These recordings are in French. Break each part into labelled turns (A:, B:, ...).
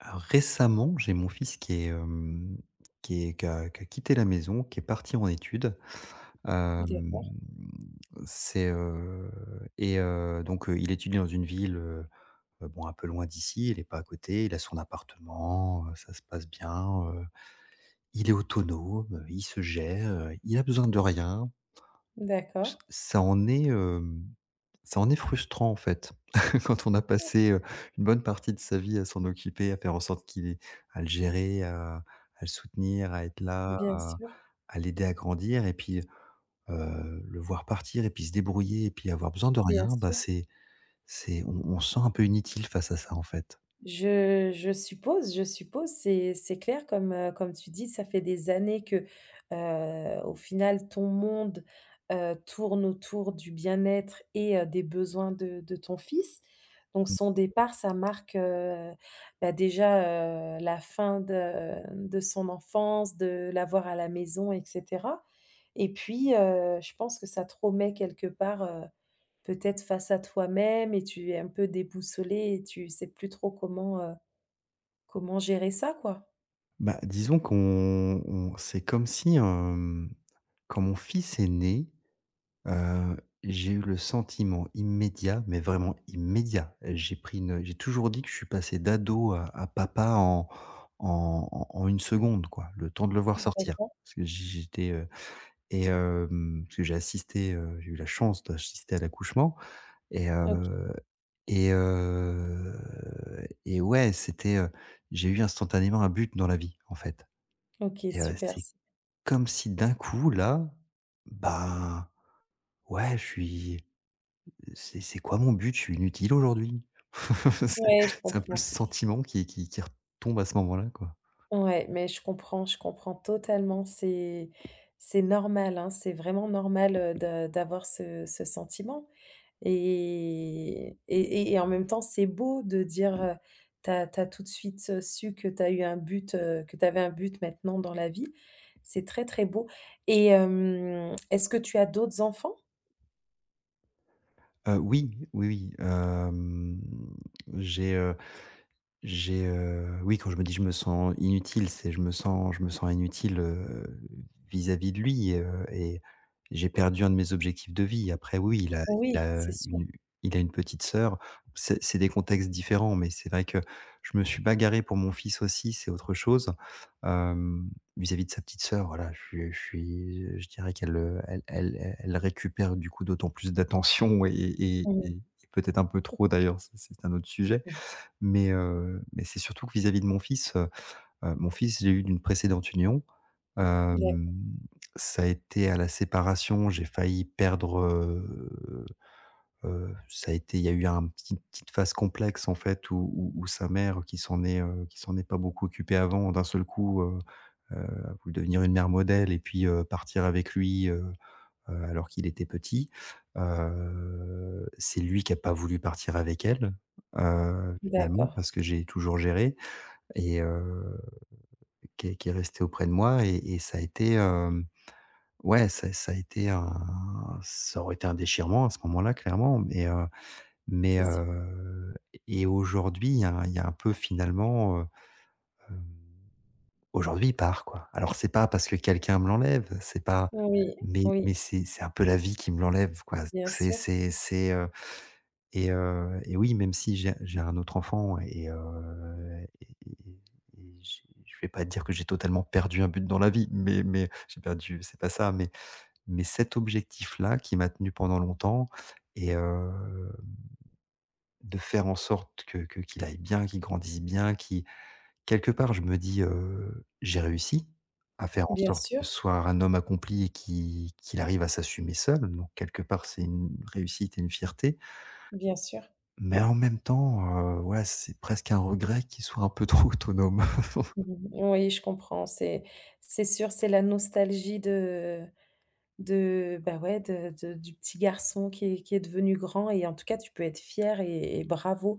A: Alors, récemment, j'ai mon fils qui est, hem, qui est qui a quitté la maison, qui est parti en études. Hem,
B: D'accord,
A: c'est, et donc, Il étudie dans une ville, bon, un peu loin d'ici, il n'est pas à côté, il a son appartement, ça se passe bien, il est autonome, il se gère, il a besoin de rien. Ç
B: d'accord.
A: ça en est, hem, Ça en est frustrant, en fait, quand on a passé, une bonne partie de sa vie à s'en occuper, à faire en sorte qu'il ait à le gérer, à à le soutenir, à être là,
B: Bien
A: à
B: sûr,
A: à l'aider à grandir et puis, le voir partir et puis se débrouiller et puis avoir besoin de
B: bien
A: rien, bah,
B: sûr.
A: c'est on se sent un peu inutile face à ça, en fait.
B: Je suppose, je suppose. C'est clair comme, comme tu dis, ça fait des années que, au final, ton monde, tourne autour du bien-être et des besoins de ton fils. Donc
A: Mmh.
B: son départ, ça marque, bah, déjà, la fin de son enfance, de l'avoir à la maison et cetera et puis, je pense que ça te remet quelque part, peut-être face à toi-même et tu es un peu déboussolé et tu sais plus trop comment, Comment gérer ça, quoi?
A: Bah, disons qu'on on c'est comme si, quand mon fils est né, Heu, j'ai eu le sentiment immédiat, mais vraiment immédiat, j'ai pris une j'ai toujours dit que je suis passé d'ado à papa en 1 seconde quoi, le temps de le voir sortir.
B: D'accord.
A: Parce que j'étais, heu parce que j'ai assisté, j'ai eu la chance d'assister à l'accouchement et
B: OK.
A: heu et heu et ouais, c'était, j'ai eu instantanément un but dans la vie, en fait.
B: OK,
A: et heu,
B: super,
A: c'est
B: c'est
A: comme si d'un coup là, bah ouais, je suis c'est quoi mon but? Je suis inutile aujourd'hui? C'est
B: ouais, je
A: c'est un peu le
B: comprends.
A: sentiment qui retombe à ce moment-là, quoi.
B: Ouais, mais je comprends totalement. C'est normal, hein, c'est vraiment normal, de d'avoir ce sentiment et et et en même temps, c'est beau de dire, t'as as tout de suite, su que t'as eu un but, que t'avais un but maintenant dans la vie. C'est très, très beau et est-ce que tu as d'autres enfants?
A: Oui, oui, oui, j'ai, heu J'ai, oui, quand je me dis: «Je me sens inutile», c'est je me sens inutile, vis-à-vis de lui, et j'ai perdu un de mes objectifs de vie. Après oui, il
B: Oui,
A: a
B: c'est sûr.
A: une il a une petite sœur. C'est des contextes différents, mais c'est vrai que je me suis bagarré pour mon fils aussi, c'est autre chose. Hem, Vis-à-vis de sa petite sœur, voilà, je dirais qu'elle, elle récupère du coup d'autant plus d'attention et et et
B: Mmh.
A: et peut-être un peu trop d'ailleurs, ça c'est un autre sujet.
B: Mh.
A: Mais c'est surtout que vis-à-vis de mon fils, j'ai eu d'une précédente union.
B: D'ac
A: Hem, Ça a été à la séparation, j'ai failli perdre, ça a été il y a eu un petit une petite phase complexe en fait où sa mère qui qui s'en est pas beaucoup occupée avant, d'un seul coup, heu, a voulu devenir une mère modèle et puis, partir avec lui, alors qu'il était petit. C'est lui qui a pas voulu partir avec elle, finalement,
B: d'accord,
A: parce que j'ai toujours géré et heu, qui est resté auprès de moi et ça a été, hem, ouais, ça ça a été un ça aurait été un déchirement à ce moment-là, clairement, mais heu mais
B: c'est sûr.
A: heu et aujourd'hui, il y a un peu finalement, aujourd'hui, il part, quoi. Alors c'est pas parce que quelqu'un me l'enlève, c'est pas
B: Oui,
A: mais mais
B: oui,
A: c'est un peu la vie qui me l'enlève, quoi.
B: bien sûr,
A: C'est, et Et oui, même si j'ai un autre enfant et j'ai je vais pas dire que j'ai totalement perdu un but dans la vie, mais j'ai perdu c'est pas ça, mais cet objectif-là qui m'a tenu pendant longtemps et heu, de faire en sorte que qu'il aille bien, qu'il grandisse bien, qu'il… Quelque part, je me dis, «J'ai réussi à faire en
B: bien
A: sorte que
B: sûr,
A: ce soit un homme accompli et qui qu'il arrive à s'assumer seul», donc quelque part, c'est une réussite et une fierté.
B: bien sûr.
A: Mais en même temps, ouais, c'est presque un regret qu'il soit un peu trop autonome.
B: Mmh. Oui, je comprends, c'est sûr, c'est la nostalgie de bah, ouais, de du petit garçon qui est devenu grand et en tout cas, tu peux être fier et bravo.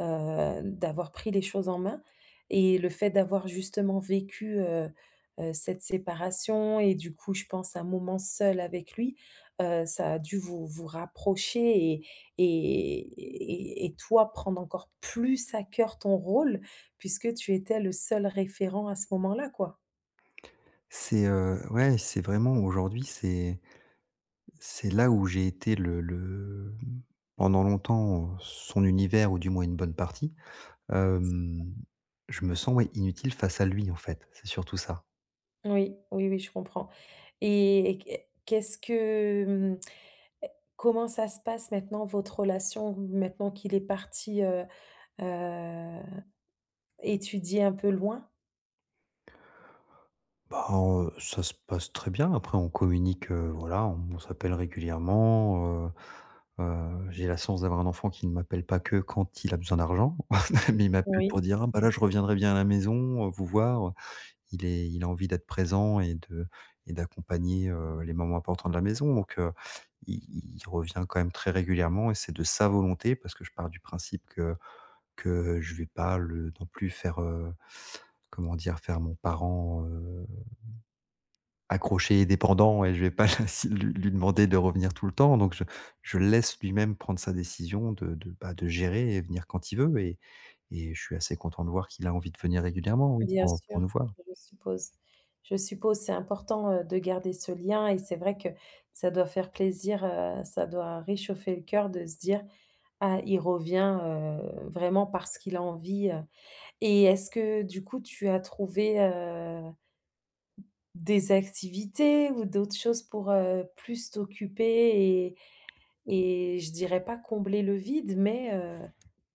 B: D'avoir pris les choses en main et le fait d'avoir justement vécu, cette séparation et du coup, je pense un moment seul avec lui, ça a dû vous vous rapprocher et et toi prendre encore plus à cœur ton rôle puisque tu étais le seul référent à ce moment-là, quoi.
A: Ouais, c'est vraiment aujourd'hui, c'est là où j'ai été le pendant longtemps, son univers ou du moins une bonne partie. Hem, je me sens, ouais, inutile face à lui, en fait, c'est surtout ça.
B: Oui, oui, oui, je comprends et qu'est-ce que, mmh, comment ça se passe maintenant votre relation maintenant qu'il est parti, heu Étudier un peu loin?
A: Bah, ça se passe très bien. Après, on communique, voilà, on s'appelle régulièrement, j'ai la chance d'avoir un enfant qui ne m'appelle pas que quand il a besoin d'argent, mais il m'appelle pour
B: Oui,
A: dire: «Ah bah, là, je reviendrai bien à la maison, vous voir». Il a envie d'être présent et de et d'accompagner, les moments importants de la maison, donc il il revient quand même très régulièrement et c'est de sa volonté parce que je pars du principe que je vais pas le non plus faire, comment dire? Faire mon parent, accroché et dépendant et je vais pas si lui lui demander de revenir tout le temps donc je le laisse lui-même prendre sa décision de gérer et venir quand il veut et je suis assez content de voir qu'il a envie de venir régulièrement, oui,
B: bien
A: pour
B: sûr,
A: nous voir.
B: je suppose. Je suppose, c'est important, de garder ce lien et c'est vrai que ça doit faire plaisir, ça doit réchauffer le cœur de se dire: «Ah, il revient, vraiment parce qu'il a envie», et est-ce que du coup tu as trouvé, des activités ou d'autres choses pour, plus t'occuper et je dirais pas combler le vide mais,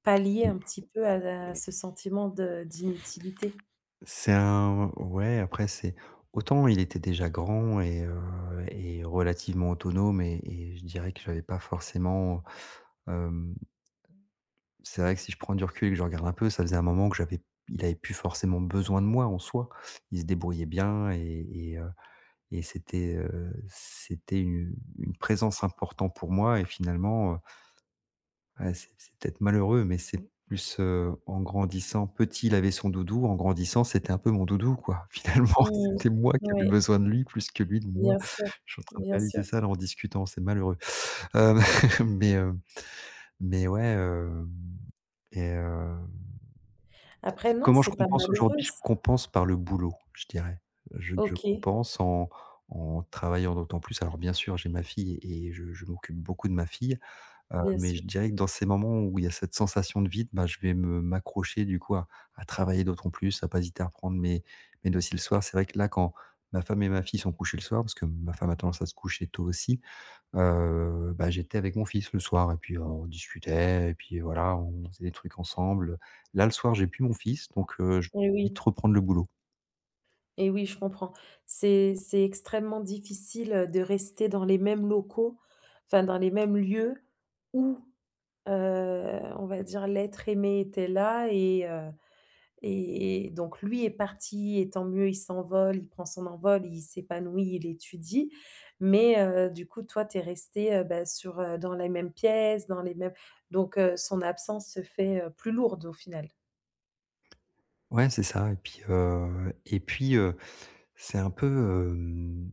B: pallier
A: Mmh.
B: un petit peu à ce sentiment de d'inutilité?
A: C'est un ouais, après c'est Autant il était déjà grand et relativement autonome et je dirais que j'avais pas forcément, hem, c'est vrai que si je prends du recul et que je regarde un peu, ça faisait un moment que j'avais il avait plus forcément besoin de moi en soi. Il se débrouillait bien et c'était, c'était une présence importante pour moi et finalement, ah, c'est peut-être malheureux, mais c'est plus, en grandissant, petit, il avait son doudou, en grandissant, c'était un peu mon doudou, quoi. Finalement,
B: Mmh.
A: c'était moi qui avais
B: Ouais,
A: besoin de lui plus que lui de moi.
B: bien sûr,
A: Je suis en train de
B: bien
A: réaliser
B: sûr.
A: ça, là, en discutant, c'est malheureux. Hem, mais, heu, mais ouais, heu et heu
B: Après non,
A: Comment je
B: c'est pas
A: compense
B: malheureux
A: aujourd'hui? Je
B: c.
A: compense par le boulot, je dirais. Je
B: OK,
A: compense en travaillant d'autant plus. Alors bien sûr, j'ai ma fille et je m'occupe beaucoup de ma fille,
B: bien
A: mais
B: sûr.
A: je dirais que dans ces moments où il y a cette sensation de vide, bah, je vais me m'accrocher du coup à travailler d'autant plus, à pas hésiter à reprendre mes dossiers le soir. C'est vrai que là, quand ma femme et ma fille sont couchées le soir, parce que ma femme a tendance à se coucher tôt aussi, bah, j'étais avec mon fils le soir et puis, on discutait et puis voilà, on faisait des trucs ensemble. Là, le soir, j'ai plus mon fils, donc je vais
B: Et
A: vite
B: oui,
A: reprendre le boulot.
B: et oui, je comprends. C'est extrêmement difficile, de rester dans les mêmes locaux, enfin dans les mêmes lieux où, on va dire l'être aimé était là et donc lui est parti et tant mieux, il s'envole, il prend son envol, il s'épanouit, il étudie. Mais du coup, toi, tu es restée, bah, sur, dans les mêmes pièces, dans les mêmes donc son absence se fait, plus lourde au final.
A: Ouais, c'est ça c'est un peu, hem,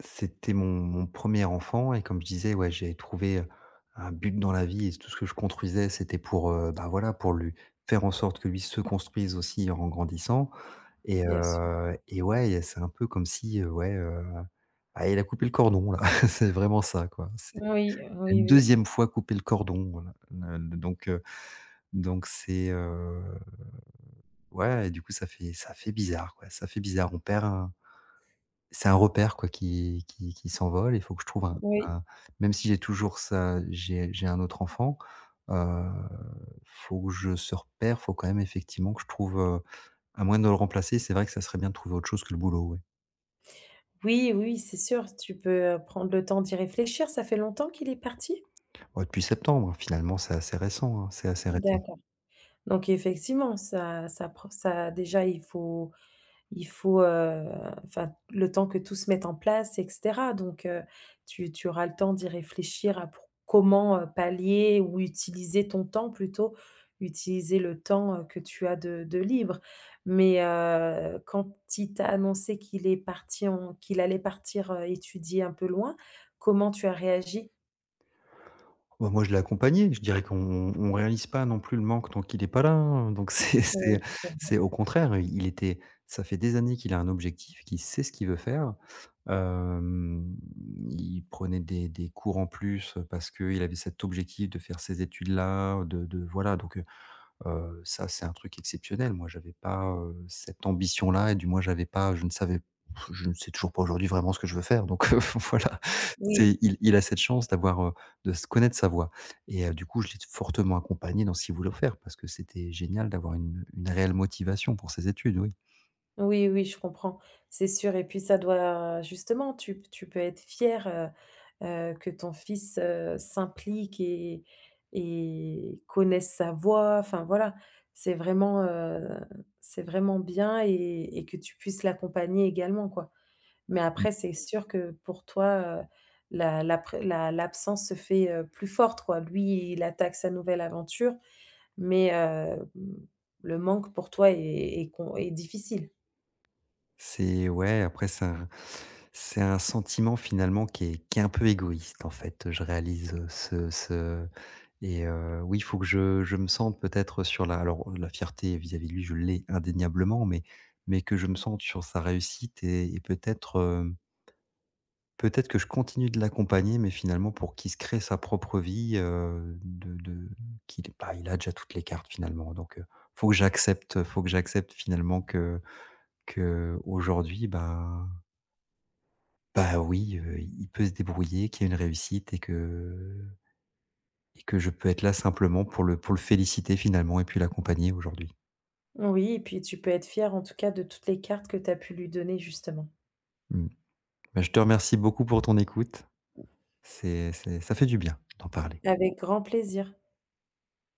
A: c'était mon 1 enfant et comme je disais, ouais, j'ai trouvé, un but dans la vie et tout ce que je construisais, c'était pour, bah, voilà, pour lui faire en sorte que lui se construise aussi en grandissant.
B: Bien sûr.
A: Et ouais, c'est un peu comme si, ah, il a coupé le cordon là. C'est vraiment ça, quoi. C'est
B: Oui, oui,
A: une
B: oui,
A: deuxième fois couper le cordon, voilà. Ne donc donc c'est, Ouais et du coup ça fait bizarre, quoi. Ça fait bizarre. On perd un C'est un repère, quoi, qui s'envole. Il faut que je trouve
B: oui.
A: un Même si j'ai toujours ça j'ai un autre enfant, heu, faut que je ce repère, faut quand même effectivement que je trouve, à moins de le remplacer, c'est vrai que ça serait bien de trouver autre chose que le boulot, ouais.
B: Oui, oui, c'est sûr, tu peux, prendre le temps d'y réfléchir. Ça fait longtemps qu'il est parti?
A: Ouais, depuis septembre, hein, finalement, c'est assez récent, hein, c'est assez récent.
B: D'accord. Donc effectivement, ça ça prend ça déjà, il faut. Il faut, enfin, le temps que tout se mette en place et cetera donc tu auras le temps d'y réfléchir à pour comment, pallier ou utiliser ton temps plutôt, utiliser le temps, que tu as de libre mais quand il t'a annoncé qu'il allait partir, étudier un peu loin, comment tu as réagi?
A: Bah, moi, je l'ai accompagné, je dirais qu'on on réalise pas non plus le manque tant qu'il est pas là, hein, donc
B: Oui,
A: c'est au contraire, il était ça fait des années qu'il a un objectif, qu'il sait ce qu'il veut faire. Hem, il prenait des cours en plus, parce qu'il avait cet objectif de faire ces études-là, de voilà donc ça, c'est un truc exceptionnel. Moi, j'avais pas, cette ambition-là et du moins, j'avais pas je ne savais, je ne sais toujours pas aujourd'hui vraiment ce que je veux faire donc voilà.
B: oui,
A: C'est Il a cette chance d'avoir, de se connaître sa voix et du coup, je l'ai fortement accompagné dans ce qu'il voulait faire parce que c'était génial d'avoir une réelle motivation pour ses études, oui.
B: oui, oui, je comprends, c'est sûr et puis ça doit justement, tu peux être fière, que ton fils, s'implique et connaisse sa voix, enfin voilà. C'est vraiment, heu, c'est vraiment bien et que tu puisses l'accompagner également, quoi. Mais après, c'est sûr que pour toi, la la pré la l'absence se fait, plus forte, quoi. Lui, il attaque sa nouvelle aventure, mais le manque pour toi est difficile.
A: C'est ouais, après c'est un C'est un sentiment finalement qui est un peu égoïste en fait, je réalise, ce ce et oui, il faut que je me sente peut-être sur la, alors la fierté vis-à-vis de lui, je l'ai indéniablement, mais que je me sente sur sa réussite et peut-être, peut-être que je continue de l'accompagner, mais finalement pour qu'il se crée sa propre vie, de qu'il est bah, il a déjà toutes les cartes finalement donc, faut que j'accepte, faut que j'accepte finalement que aujourd'hui, bah, oui, il peut se débrouiller, qu'il y ait une réussite et que je peux être là simplement pour le féliciter finalement et puis l'accompagner aujourd'hui.
B: Oui et puis tu peux être fière en tout cas de toutes les cartes que tu as pu lui donner justement.
A: Mmh. Bah, je te remercie beaucoup pour ton écoute. C'est Ça fait du bien d'en parler.
B: Avec grand plaisir.